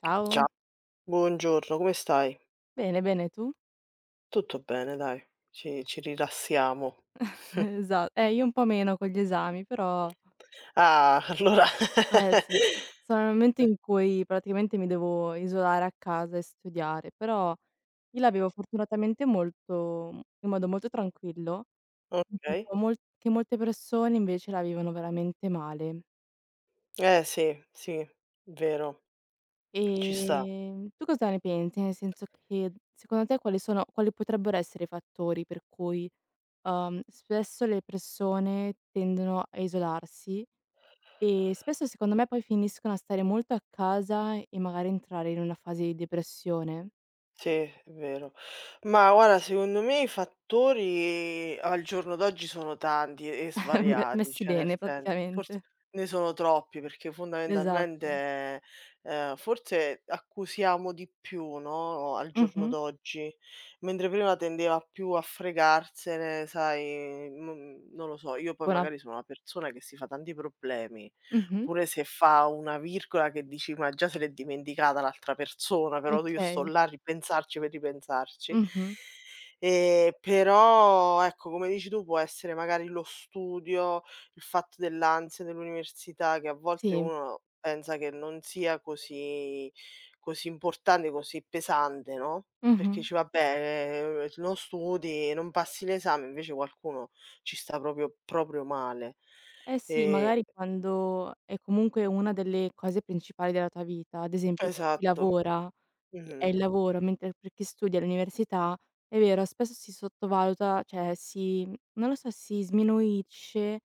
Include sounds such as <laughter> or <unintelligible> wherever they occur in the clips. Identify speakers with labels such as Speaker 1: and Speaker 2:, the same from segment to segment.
Speaker 1: Ciao.
Speaker 2: Ciao, buongiorno, come stai?
Speaker 1: Bene, bene, tu?
Speaker 2: Tutto bene, dai, ci rilassiamo.
Speaker 1: <laughs>
Speaker 2: <laughs>
Speaker 1: Esa io un po' meno con gli esami, però
Speaker 2: Ah, allora, <laughs>
Speaker 1: eh sì. Sono nel momento
Speaker 2: eh,
Speaker 1: in cui praticamente mi devo isolare a casa e studiare, però io l'avevo fortunatamente molto, in modo molto tranquillo. <unintelligible> Mh-mh.
Speaker 2: ok.
Speaker 1: Ho molte persone invece la vivono veramente male.
Speaker 2: Eh sì, sì, vero, ci sta.
Speaker 1: Tu cosa ne pensi? Nel senso che secondo te quali sono, quali potrebbero essere i fattori per cui, spesso le persone tendono a isolarsi? E spesso secondo me poi finiscono a stare molto a casa e magari entrare in una fase di depressione.
Speaker 2: Sì, è vero. Ma guarda, secondo me i fattori al giorno d'oggi sono tanti e
Speaker 1: <laughs> Me
Speaker 2: svariati,
Speaker 1: messi
Speaker 2: cioè nel
Speaker 1: bene
Speaker 2: senso, forse
Speaker 1: praticamente.
Speaker 2: ne sono troppi perché
Speaker 1: Esatto.
Speaker 2: fondamentalmente, forse accusiamo di più, no, al giorno
Speaker 1: Mh-mh.
Speaker 2: d'oggi, mentre prima tendeva più a fregarsene, sai, non lo so, io poi
Speaker 1: Tipo una,
Speaker 2: magari sono una persona che si fa tanti problemi.
Speaker 1: mh-mh,
Speaker 2: Pure se fa una virgola che dici: "Ma già se l'è dimenticata l'altra persona", però io sto
Speaker 1: okay.
Speaker 2: là a ripensarci per ripensarci.
Speaker 1: Mh-mh.
Speaker 2: Però ecco, come dici tu, può essere magari lo studio, il fatto dell'ansia dell'università che a volte
Speaker 1: Sì.
Speaker 2: uno pensa che non sia così importante, così pesante, no,
Speaker 1: Mh-mh.
Speaker 2: perché dici: "Vabbè, non studi, non passi l'esame", invece qualcuno ci sta proprio proprio male.
Speaker 1: Eh sì,
Speaker 2: E
Speaker 1: magari quando è comunque una delle cose principali della tua vita, ad esempio chi
Speaker 2: esatto.
Speaker 1: lavora è
Speaker 2: Mh-mh.
Speaker 1: il lavoro, mentre per chi studia all'università, è vero, spesso si sottovaluta, cioè si, non lo so, si sminuisce,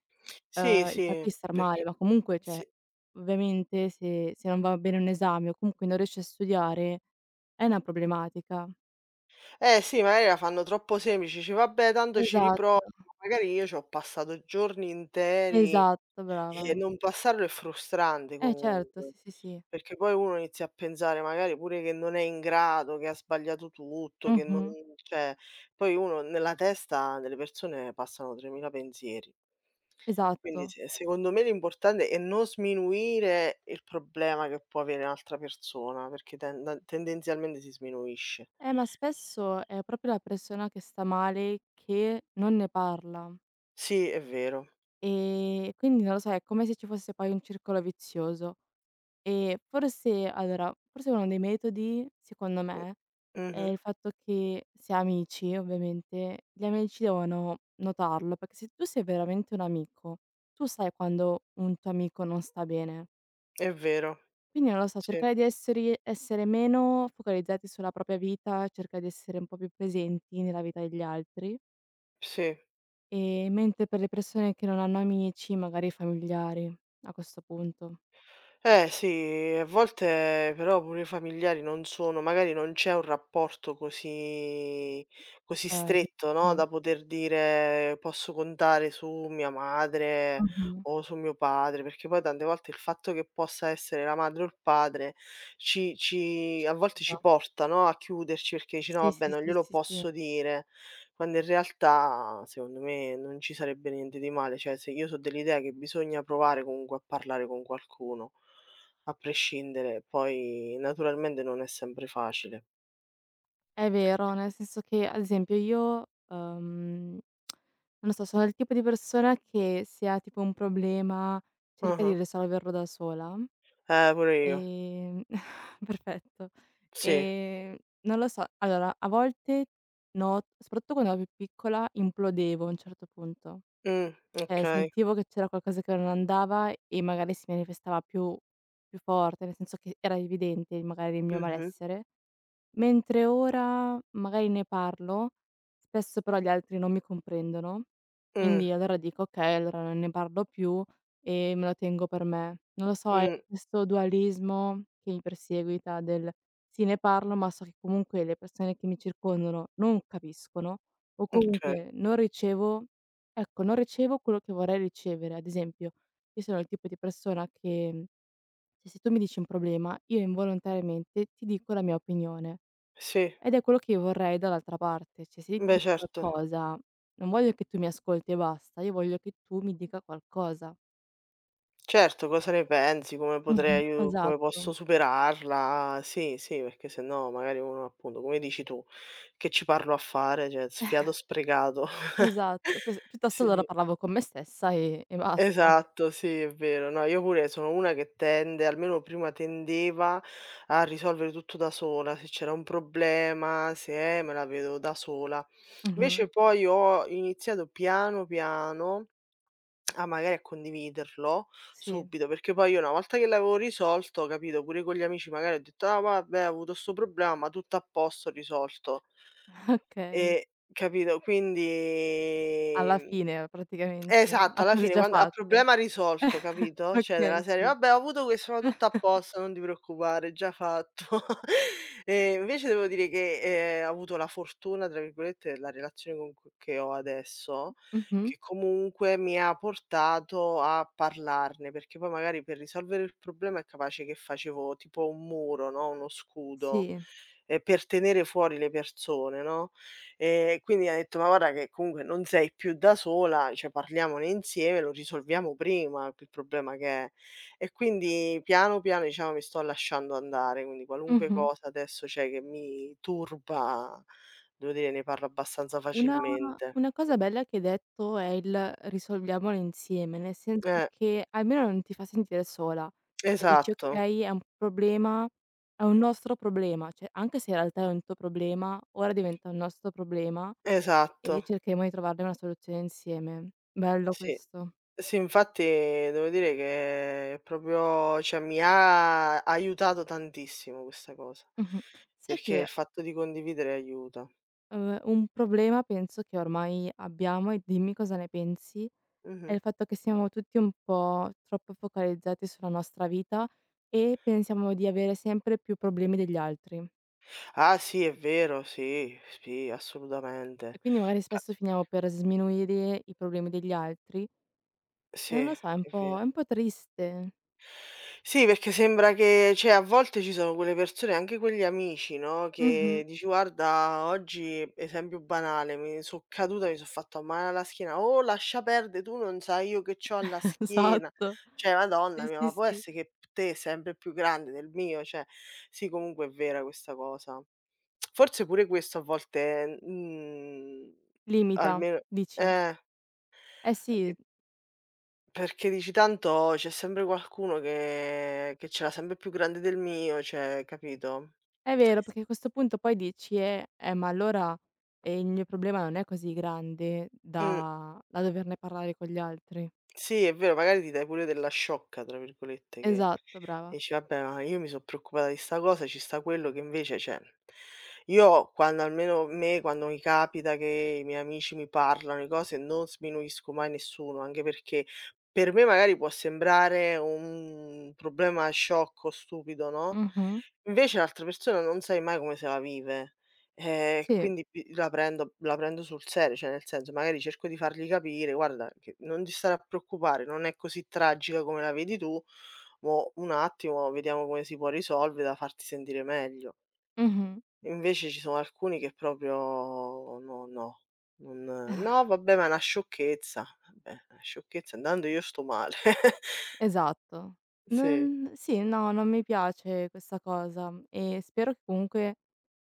Speaker 2: Sì,
Speaker 1: il fatto
Speaker 2: sì,
Speaker 1: di star male,
Speaker 2: perché
Speaker 1: ma comunque, cioè,
Speaker 2: sì.
Speaker 1: ovviamente se non va bene un esame o comunque non riesci a studiare, è una problematica.
Speaker 2: Eh sì, magari la fanno troppo semplice, dici: "Vabbè tanto ci riprovo",
Speaker 1: Esatto,
Speaker 2: magari io c'ho passato giorni interi.
Speaker 1: esatto, brava.
Speaker 2: Non passarlo è frustrante
Speaker 1: Eh certo,
Speaker 2: comunque,
Speaker 1: sì, sì, sì.
Speaker 2: perché poi uno inizia a pensare magari pure che non è in grado, che ha sbagliato tutto, che non
Speaker 1: Mh-mh,
Speaker 2: cioè poi uno nella testa delle persone passano 3000 pensieri. Quindi
Speaker 1: esatto.
Speaker 2: se secondo me l'importante è non sminuire il problema che può avere un'altra persona, perché tendenzialmente si sminuisce.
Speaker 1: Ma spesso è proprio la persona che sta male che non ne parla.
Speaker 2: Sì, è vero.
Speaker 1: Quindi non lo so, è come se ci fosse poi un circolo vizioso. Forse allora, forse uno dei metodi, secondo
Speaker 2: Mh,
Speaker 1: me, è
Speaker 2: mh-mh,
Speaker 1: il fatto che se amici, ovviamente, gli amici devono notarlo, perché se tu sei veramente un amico, tu sai quando un tuo amico non sta bene.
Speaker 2: è vero.
Speaker 1: Quindi non lo so,
Speaker 2: Sì,
Speaker 1: cercare di esseri essere meno focalizzati sulla propria vita, cercare di essere un po' più presenti nella vita degli altri.
Speaker 2: sì.
Speaker 1: Mentre per le persone che non hanno amici, magari familiari, a questo punto.
Speaker 2: Eh sì, a volte però pure i familiari non sono magari non c'è un rapporto così
Speaker 1: L,
Speaker 2: stretto, no,
Speaker 1: sì.
Speaker 2: da poter dire: "Posso contare su mia madre
Speaker 1: Mh-mh.
Speaker 2: o su mio padre", perché poi tante volte il fatto che possa essere la madre o il padre ci
Speaker 1: Ci
Speaker 2: a volte
Speaker 1: sta.
Speaker 2: ci porta, no, a chiuderci perché dici: "No
Speaker 1: Sì,
Speaker 2: vabbè,
Speaker 1: sì,
Speaker 2: non
Speaker 1: sì,
Speaker 2: glielo
Speaker 1: sì, sì.
Speaker 2: posso dire". Quando in realtà, secondo me, non ci sarebbe niente di male, cioè se io so dell'idea che bisogna provare comunque a parlare con qualcuno, a prescindere, poi naturalmente non è sempre facile.
Speaker 1: È vero, nel senso che, ad esempio, io, non so, sono il tipo di persona che se ha tipo un problema cerca di
Speaker 2: Ah-ah.
Speaker 1: risolverlo da sola,
Speaker 2: Pure io.
Speaker 1: ehm <laughs> perfetto.
Speaker 2: Sì.
Speaker 1: Non lo so, allora a volte no, soprattutto quando ero più piccola implodevo a un certo punto.
Speaker 2: Mh,
Speaker 1: Cioè
Speaker 2: okay.
Speaker 1: sentivo che c'era qualcosa che non andava e magari si manifestava più, più forte, nel senso che era evidente magari il mio
Speaker 2: Mh-mh.
Speaker 1: malessere. Mentre ora magari ne parlo, spesso però gli altri non mi comprendono,
Speaker 2: Mh,
Speaker 1: quindi allora dico: "Okay, allora non ne parlo più e me lo tengo per me". Non lo so, è
Speaker 2: mh,
Speaker 1: questo dualismo che mi perseguita del: sì, ne parlo, ma so che comunque le persone che mi circondano non capiscono o
Speaker 2: okay.
Speaker 1: comunque non ricevo, ecco, non ricevo quello che vorrei ricevere. Ad esempio, io sono il tipo di persona che, cioè, se tu mi dici un problema, io involontariamente ti dico la mia opinione.
Speaker 2: Sì,
Speaker 1: Ed è quello che io vorrei dall'altra parte, cioè se io ti
Speaker 2: beh
Speaker 1: dico
Speaker 2: certo.
Speaker 1: qualcosa, non voglio che tu mi ascolti e basta, io voglio che tu mi dica qualcosa.
Speaker 2: Certo, cosa ne pensi, come
Speaker 1: Mh-mh.
Speaker 2: potrei aiu come
Speaker 1: Esatto,
Speaker 2: posso superarla. Sì, sì, perché sennò magari uno appunto, come dici tu: "Che ci parlo a fare?" Cioè, sfiato sprecato. <laughs>
Speaker 1: esatto. Cioè s piuttosto allora
Speaker 2: Sì,
Speaker 1: parlavo con me stessa e basta.
Speaker 2: esatto, sì, è vero. No, io pure sono una che tende, almeno prima tendeva, a risolvere tutto da sola. Se c'era un problema, se me la vedo da sola.
Speaker 1: Mh-mh.
Speaker 2: Invece poi ho iniziato piano, piano. Ah, magari a condividerlo
Speaker 1: Sì,
Speaker 2: subito, perché poi io una volta che l'avevo risolto, capito, pure con gli amici magari ho detto: "Ah vabbè, ho avuto 'sto problema, ma tutto a posto, risolto".
Speaker 1: <laughs> okay.
Speaker 2: E capito? Quindi,
Speaker 1: Alla
Speaker 2: mhmm
Speaker 1: fine praticamente,
Speaker 2: Esatto,
Speaker 1: a
Speaker 2: alla
Speaker 1: cose
Speaker 2: fine
Speaker 1: già
Speaker 2: quando a
Speaker 1: fatte.
Speaker 2: problema risolto, capito? Cioè
Speaker 1: Okay,
Speaker 2: della serie:
Speaker 1: sì.
Speaker 2: "Vabbè, ho avuto questo, ma tutto a
Speaker 1: <laughs>
Speaker 2: posto, non ti preoccupare, è già fatto." <laughs> E invece devo dire che, ho avuto "la fortuna" tra virgolette della relazione con c che ho adesso,
Speaker 1: Mh-mh.
Speaker 2: che comunque mi ha portato a parlarne, perché poi magari per risolvere il problema è capace che facevo tipo un muro, no, uno scudo,
Speaker 1: Sì.
Speaker 2: per tenere fuori le persone, no? Quindi ha detto: "Ma guarda che comunque non sei più da sola, cioè parliamone insieme, lo risolviamo prima il problema che è". E quindi piano, piano diciamo mi sto lasciando andare, quindi qualunque
Speaker 1: Mh-mh.
Speaker 2: cosa adesso c'è che mi turba, devo dire ne parlo abbastanza
Speaker 1: Una
Speaker 2: facilmente.
Speaker 1: una cosa bella che hai detto è il risolviamolo insieme, nel senso
Speaker 2: Eh,
Speaker 1: che almeno non ti fa sentire sola. Cioè dici:
Speaker 2: esatto,
Speaker 1: "Okay, è un problema, è un nostro problema". Cioè anche se in realtà è un tuo problema, ora diventa un nostro problema
Speaker 2: esatto,
Speaker 1: e cercheremo di trovarne una soluzione insieme. Bello
Speaker 2: sì.
Speaker 1: questo.
Speaker 2: Sì, infatti devo dire che proprio cioè mi ha aiutato tantissimo questa cosa,
Speaker 1: Mh-mh. Sai
Speaker 2: perché il
Speaker 1: che,
Speaker 2: fatto di condividere aiuta.
Speaker 1: un problema penso che ormai abbiamo e dimmi cosa ne pensi è
Speaker 2: Mh-mh.
Speaker 1: il fatto che siamo tutti un po' troppo focalizzati sulla nostra vita e pensiamo di avere sempre più problemi degli altri.
Speaker 2: Ah sì, è vero, sì, sì,
Speaker 1: E
Speaker 2: assolutamente.
Speaker 1: quindi magari
Speaker 2: Ca
Speaker 1: spesso finiamo per sminuire i problemi degli altri. E
Speaker 2: sì,
Speaker 1: non lo so,
Speaker 2: è
Speaker 1: è
Speaker 2: vero.
Speaker 1: un po' triste.
Speaker 2: Sì, perché sembra che cioè a volte ci sono quelle persone, anche quegli amici, no,
Speaker 1: Mh-mh.
Speaker 2: che dici: "Guarda oggi", esempio banale, "mi so' caduta, mi so' fatta male alla schiena". "Oh lascia perde, tu non sai io che c'ho alla
Speaker 1: <laughs>
Speaker 2: schiena".
Speaker 1: Esatto.
Speaker 2: Cioè madonna
Speaker 1: Sì,
Speaker 2: mia,
Speaker 1: sì,
Speaker 2: ma può
Speaker 1: sì.
Speaker 2: essere che p te sempre più grande del mio? Cioè, sì comunque è vera questa cosa. Forse pure questo a volte,
Speaker 1: Limita,
Speaker 2: almeno
Speaker 1: dici?
Speaker 2: eh,
Speaker 1: Eh sì,
Speaker 2: e perché dici tanto c'è sempre qualcuno che ce l'ha sempre più grande del mio, cioè capito?
Speaker 1: è vero, S perché a questo punto poi dici: ma allora, il mio problema non è così grande
Speaker 2: Mh.
Speaker 1: da da doverne parlare con gli altri".
Speaker 2: Sì, è vero, magari ti dai pure della "sciocca" tra virgolette che
Speaker 1: Esatto, brava.
Speaker 2: e dici: "Vabbè, ma io mi so' preoccupata di 'sta cosa, ci sta quello che invece" cioè, io quando quando mi capita che i miei amici mi parlano di cose, non sminuisco mai nessuno, anche perché per me magari può sembrare un problema sciocco, stupido, no,
Speaker 1: Mh-mh.
Speaker 2: invece l'altra persona non sai mai come se la vive. Ehm,
Speaker 1: Sì.
Speaker 2: quindi bi la prendo sul serio, cioè nel senso magari cerco di fargli capire: "Guarda che non ti stare a preoccupare, non è così tragica come la vedi tu, mo' un attimo vediamo come si può risolvere da farti sentire meglio".
Speaker 1: Mh-mh.
Speaker 2: Invece ci sono alcuni che proprio no, no, non "No
Speaker 1: <laughs>
Speaker 2: vabbè, ma è una sciocchezza". Vabbè, è una sciocchezza, intanto io sto male. <laughs>
Speaker 1: Esatto.
Speaker 2: Sì,
Speaker 1: Non sì, no, non mi piace questa cosa e spero che comunque,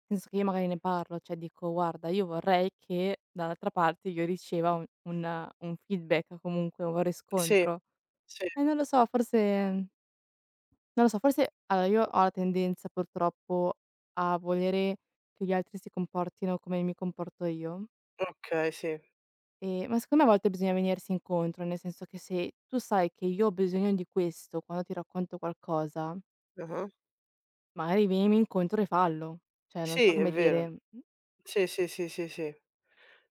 Speaker 1: nel senso che io magari ne parlo, cioè dico: "Guarda, io vorrei che dall'altra parte io riceva un feedback, comunque un
Speaker 2: sì,
Speaker 1: riscontro".
Speaker 2: sì,
Speaker 1: E non lo so, forse, non lo so, forse allora io ho la tendenza purtroppo a volere che gli altri si comportino come mi comporto io.
Speaker 2: okay, sì.
Speaker 1: Ma secondo me a volte bisogna venirsi incontro, nel senso che se tu sai che io ho bisogno di questo quando ti racconto qualcosa,
Speaker 2: Ah-ah.
Speaker 1: magari vienimi incontro e fallo. Cioè non so
Speaker 2: Sì, è
Speaker 1: come
Speaker 2: vero.
Speaker 1: dire, mhmm,
Speaker 2: Sì, sì, sì, sì, sì.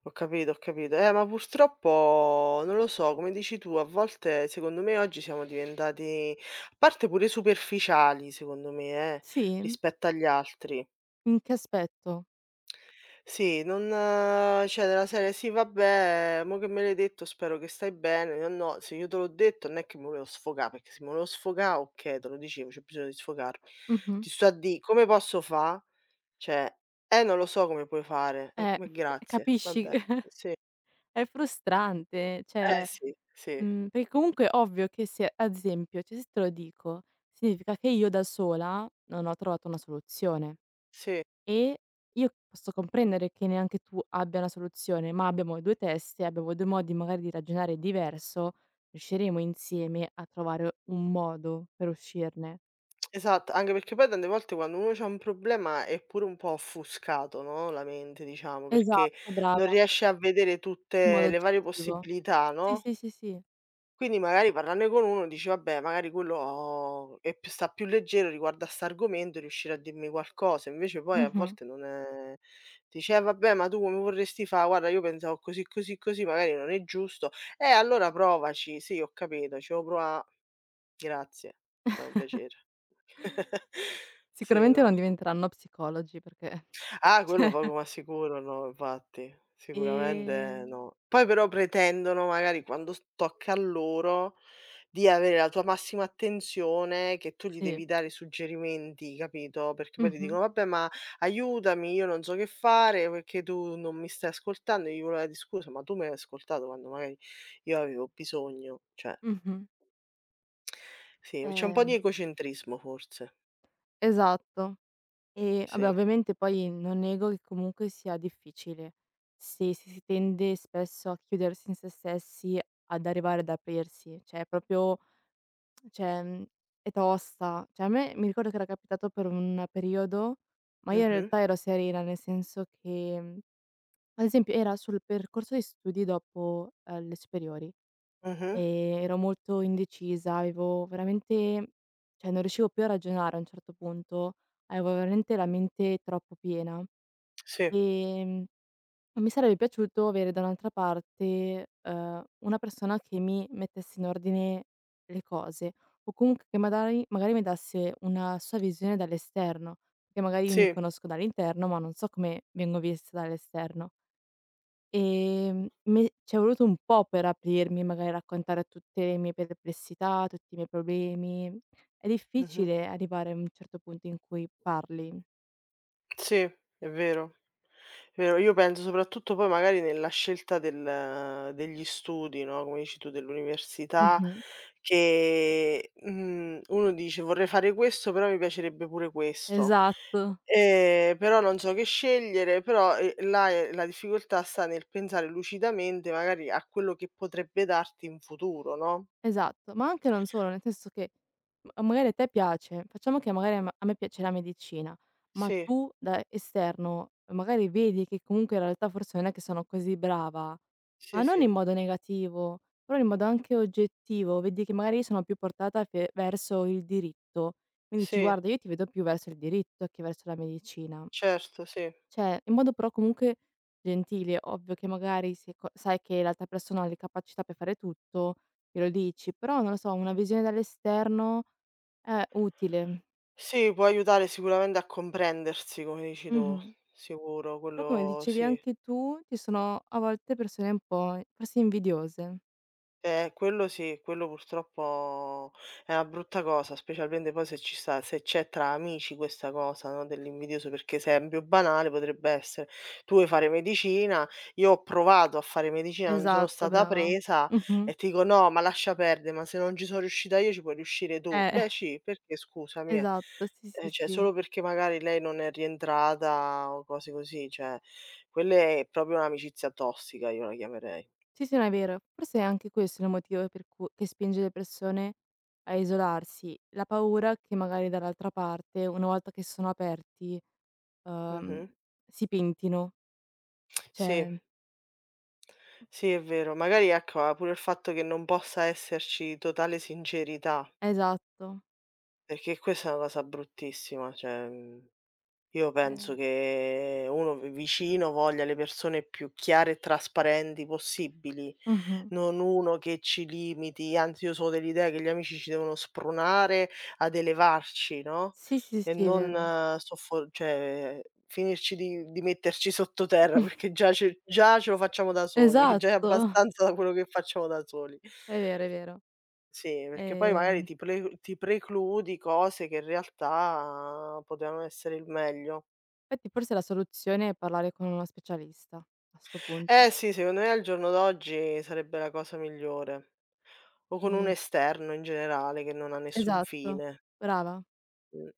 Speaker 2: Ho capito, ho capito. Ma purtroppo non lo so, come dici tu, a volte secondo me oggi siamo diventati, a parte pure superficiali, secondo me, eh,
Speaker 1: sì?
Speaker 2: rispetto agli altri.
Speaker 1: In che aspetto?
Speaker 2: Sì, non, cioè della serie, sì, vabbè, mo che me l'hai detto, spero che stai bene. No, no, se io te l'ho detto non è che mi volevo sfogare, perché se mi volevo sfogare, ok, te lo dicevo, c'è bisogno di sfogarmi.
Speaker 1: Mh-mh.
Speaker 2: Ti sto a di come posso fa? Cioè, non lo so come puoi fare.
Speaker 1: Eh,
Speaker 2: Ma
Speaker 1: <laughs>
Speaker 2: grazie,
Speaker 1: capisci?
Speaker 2: vabbè,
Speaker 1: <laughs>
Speaker 2: sì,
Speaker 1: È frustrante,
Speaker 2: eh
Speaker 1: cioè,
Speaker 2: sì, sì.
Speaker 1: mhmm, perché comunque è ovvio che se ad esempio, cioè se te lo dico, significa che io da sola non ho trovato una soluzione.
Speaker 2: Sì,
Speaker 1: E io posso comprendere che neanche tu abbia una soluzione, ma abbiamo 2 teste, abbiamo 2 modi magari di ragionare diverso, riusciremo insieme a trovare un modo per uscirne.
Speaker 2: esatto, anche perché poi tante volte quando uno c'ha un problema è pure un po' offuscato, no, la mente diciamo, perché
Speaker 1: Esatto,
Speaker 2: non
Speaker 1: brava,
Speaker 2: riesce a vedere
Speaker 1: in
Speaker 2: tutte
Speaker 1: modo
Speaker 2: le varie
Speaker 1: oggettivo.
Speaker 2: possibilità,
Speaker 1: Sì,
Speaker 2: no,
Speaker 1: sì, sì, sì.
Speaker 2: quindi magari parlarne con uno dici: "Vabbè, magari quello oh, è più sta più leggero riguardo a st'argomento, riuscirà a dirmi qualcosa". Invece poi a
Speaker 1: Mh-mh.
Speaker 2: volte non è. Dici: "Eh vabbè, ma tu come vorresti fa? Guarda io pensavo così, così, così, magari non è giusto". Allora provaci". "Sì, ho capito, ci devo provà". Grazie, è stato un piacere. <laughs> Sì,
Speaker 1: Sicuramente non
Speaker 2: no.
Speaker 1: diventeranno psicologi perché <laughs>
Speaker 2: Ah, quello poco ma sicuro no, infatti.
Speaker 1: ehm,
Speaker 2: Sicuramente no. Poi però pretendono magari quando s tocca a loro di avere la tua massima attenzione, che tu gli devi
Speaker 1: sì.
Speaker 2: dare suggerimenti, capito, perché poi ti
Speaker 1: Mh-mh,
Speaker 2: dicono: "Vabbè, ma aiutami, io non so che fare perché tu non mi stai ascoltando". Io gli volevo di: "Scusa, ma tu mi hai ascoltato quando magari io avevo bisogno?" Cioè,
Speaker 1: mh-mh.
Speaker 2: sì, c'è un po' di
Speaker 1: Ehm,
Speaker 2: egocentrismo forse.
Speaker 1: esatto. E vabbè,
Speaker 2: Sì.
Speaker 1: ovviamente poi non nego che comunque sia difficile. Se si tende spesso a chiudersi in se stessi, ad arrivare ad aprirsi, cioè proprio, cioè, mhmm, è tosta. Cioè a me mi ricordo che era capitato per un periodo, ma io in
Speaker 2: Mh-mh,
Speaker 1: realtà ero serena, nel senso che, mhmm, ad esempio era sul percorso di studi dopo, le superiori.
Speaker 2: mh-mh,
Speaker 1: Ero molto indecisa, avevo veramente, cioè non riuscivo più a ragionare a un certo punto, avevo veramente la mente troppo piena.
Speaker 2: sì.
Speaker 1: Ehm, Mi sarebbe piaciuto avere da un'altra parte, una persona che mi mettesse in ordine le cose o comunque che madari magari mi dasse una sua visione dall'esterno, perché magari io mi
Speaker 2: Sì,
Speaker 1: conosco dall'interno, ma non so come vengo vista dall'esterno. Me c'è voluto un po' per aprirmi, magari raccontare tutte le mie perplessità, tutti i miei problemi. È
Speaker 2: mh-mh.
Speaker 1: difficile arrivare a un certo punto in cui parli.
Speaker 2: Sì, è vero. È vero. Io penso soprattutto poi magari nella scelta del degli studi, no, come dici tu, dell'università,
Speaker 1: Mh-mh.
Speaker 2: che, uno dice: "Vorrei fare questo, però mi piacerebbe pure questo".
Speaker 1: Esatto.
Speaker 2: Però non so che scegliere, però, là, la difficoltà sta nel pensare lucidamente magari a quello che potrebbe darti in futuro, no?
Speaker 1: Esatto, ma anche non solo, nel senso che, ma magari a te piace, facciamo che magari a me piace la medicina, ma
Speaker 2: Sì,
Speaker 1: tu da esterno magari vedi che comunque in realtà forse non è che sono così brava,
Speaker 2: sì,
Speaker 1: ma non
Speaker 2: sì.
Speaker 1: in modo negativo, però in modo anche oggettivo, vedi che magari io sono più portata fe verso il diritto, quindi dici:
Speaker 2: Sì,
Speaker 1: "Guarda, io ti vedo più verso il diritto che verso la medicina".
Speaker 2: certo, sì.
Speaker 1: Cioè, in modo però comunque gentile, ovvio che magari se co sai che l'altra persona ha le capacità per fare tutto, glielo dici, però non lo so, una visione dall'esterno è utile.
Speaker 2: Sì, può aiutare sicuramente a comprendersi, come dici tu,
Speaker 1: Mh-mh.
Speaker 2: sicuro,
Speaker 1: Però come
Speaker 2: quello
Speaker 1: dicevi
Speaker 2: sì.
Speaker 1: anche tu, ci sono a volte persone un po' forse invidiose.
Speaker 2: Quello sì, quello purtroppo è una brutta cosa, specialmente poi se ci sta se c'è tra amici questa cosa, no, dell'invidioso, perché esempio banale potrebbe essere: tu vuoi fare medicina, io ho provato a fare medicina, non sono
Speaker 1: Esatto,
Speaker 2: stata
Speaker 1: brava.
Speaker 2: presa
Speaker 1: Mh-mh.
Speaker 2: e ti dico: "No, ma lascia perdere, ma se non ci sono riuscita io ci puoi riuscire tu".
Speaker 1: Eh, <laughs>
Speaker 2: Beh sì, perché scusami, eh.
Speaker 1: esatto, sì, sì,
Speaker 2: Cioè
Speaker 1: sì.
Speaker 2: solo perché magari lei non è rientrata o cose così, cioè quelle è proprio un'amicizia tossica, io la chiamerei.
Speaker 1: Sì, sì, no, è vero. Forse è anche questo il motivo per cui che spinge le persone a isolarsi. La paura che magari dall'altra parte, una volta che sono aperti, uhm,
Speaker 2: Mh-mh.
Speaker 1: si pentino.
Speaker 2: Sì.
Speaker 1: Cioè
Speaker 2: Sì, è vero. Magari ecco, ha pure il fatto che non possa esserci totale sincerità,
Speaker 1: esatto.
Speaker 2: perché questa è una cosa bruttissima, cioè, mhmm io
Speaker 1: Eh.
Speaker 2: penso che uno vi vicino voglia le persone più chiare e trasparenti possibili,
Speaker 1: Mh-mh.
Speaker 2: non uno che ci limiti, anzi io sono dell'idea che gli amici ci devono spronare ad elevarci, no,
Speaker 1: Sì, sì,
Speaker 2: e
Speaker 1: sì, è
Speaker 2: non
Speaker 1: vero.
Speaker 2: soffo cioè finirci di metterci sottoterra,
Speaker 1: <laughs>
Speaker 2: perché già ce lo facciamo da soli, <laughs> già è
Speaker 1: Esatto,
Speaker 2: abbastanza da quello che facciamo da soli.
Speaker 1: è vero, è vero.
Speaker 2: Sì, perché poi magari
Speaker 1: Ehm,
Speaker 2: ti precludi cose che in realtà potevano essere il meglio.
Speaker 1: Infatti forse la soluzione è parlare con uno specialista a 'sto punto.
Speaker 2: Eh sì, secondo me al giorno d'oggi sarebbe la cosa migliore. O con un
Speaker 1: Ehm
Speaker 2: esterno in generale che non ha nessun
Speaker 1: esatto,
Speaker 2: fine.
Speaker 1: brava.
Speaker 2: Mh.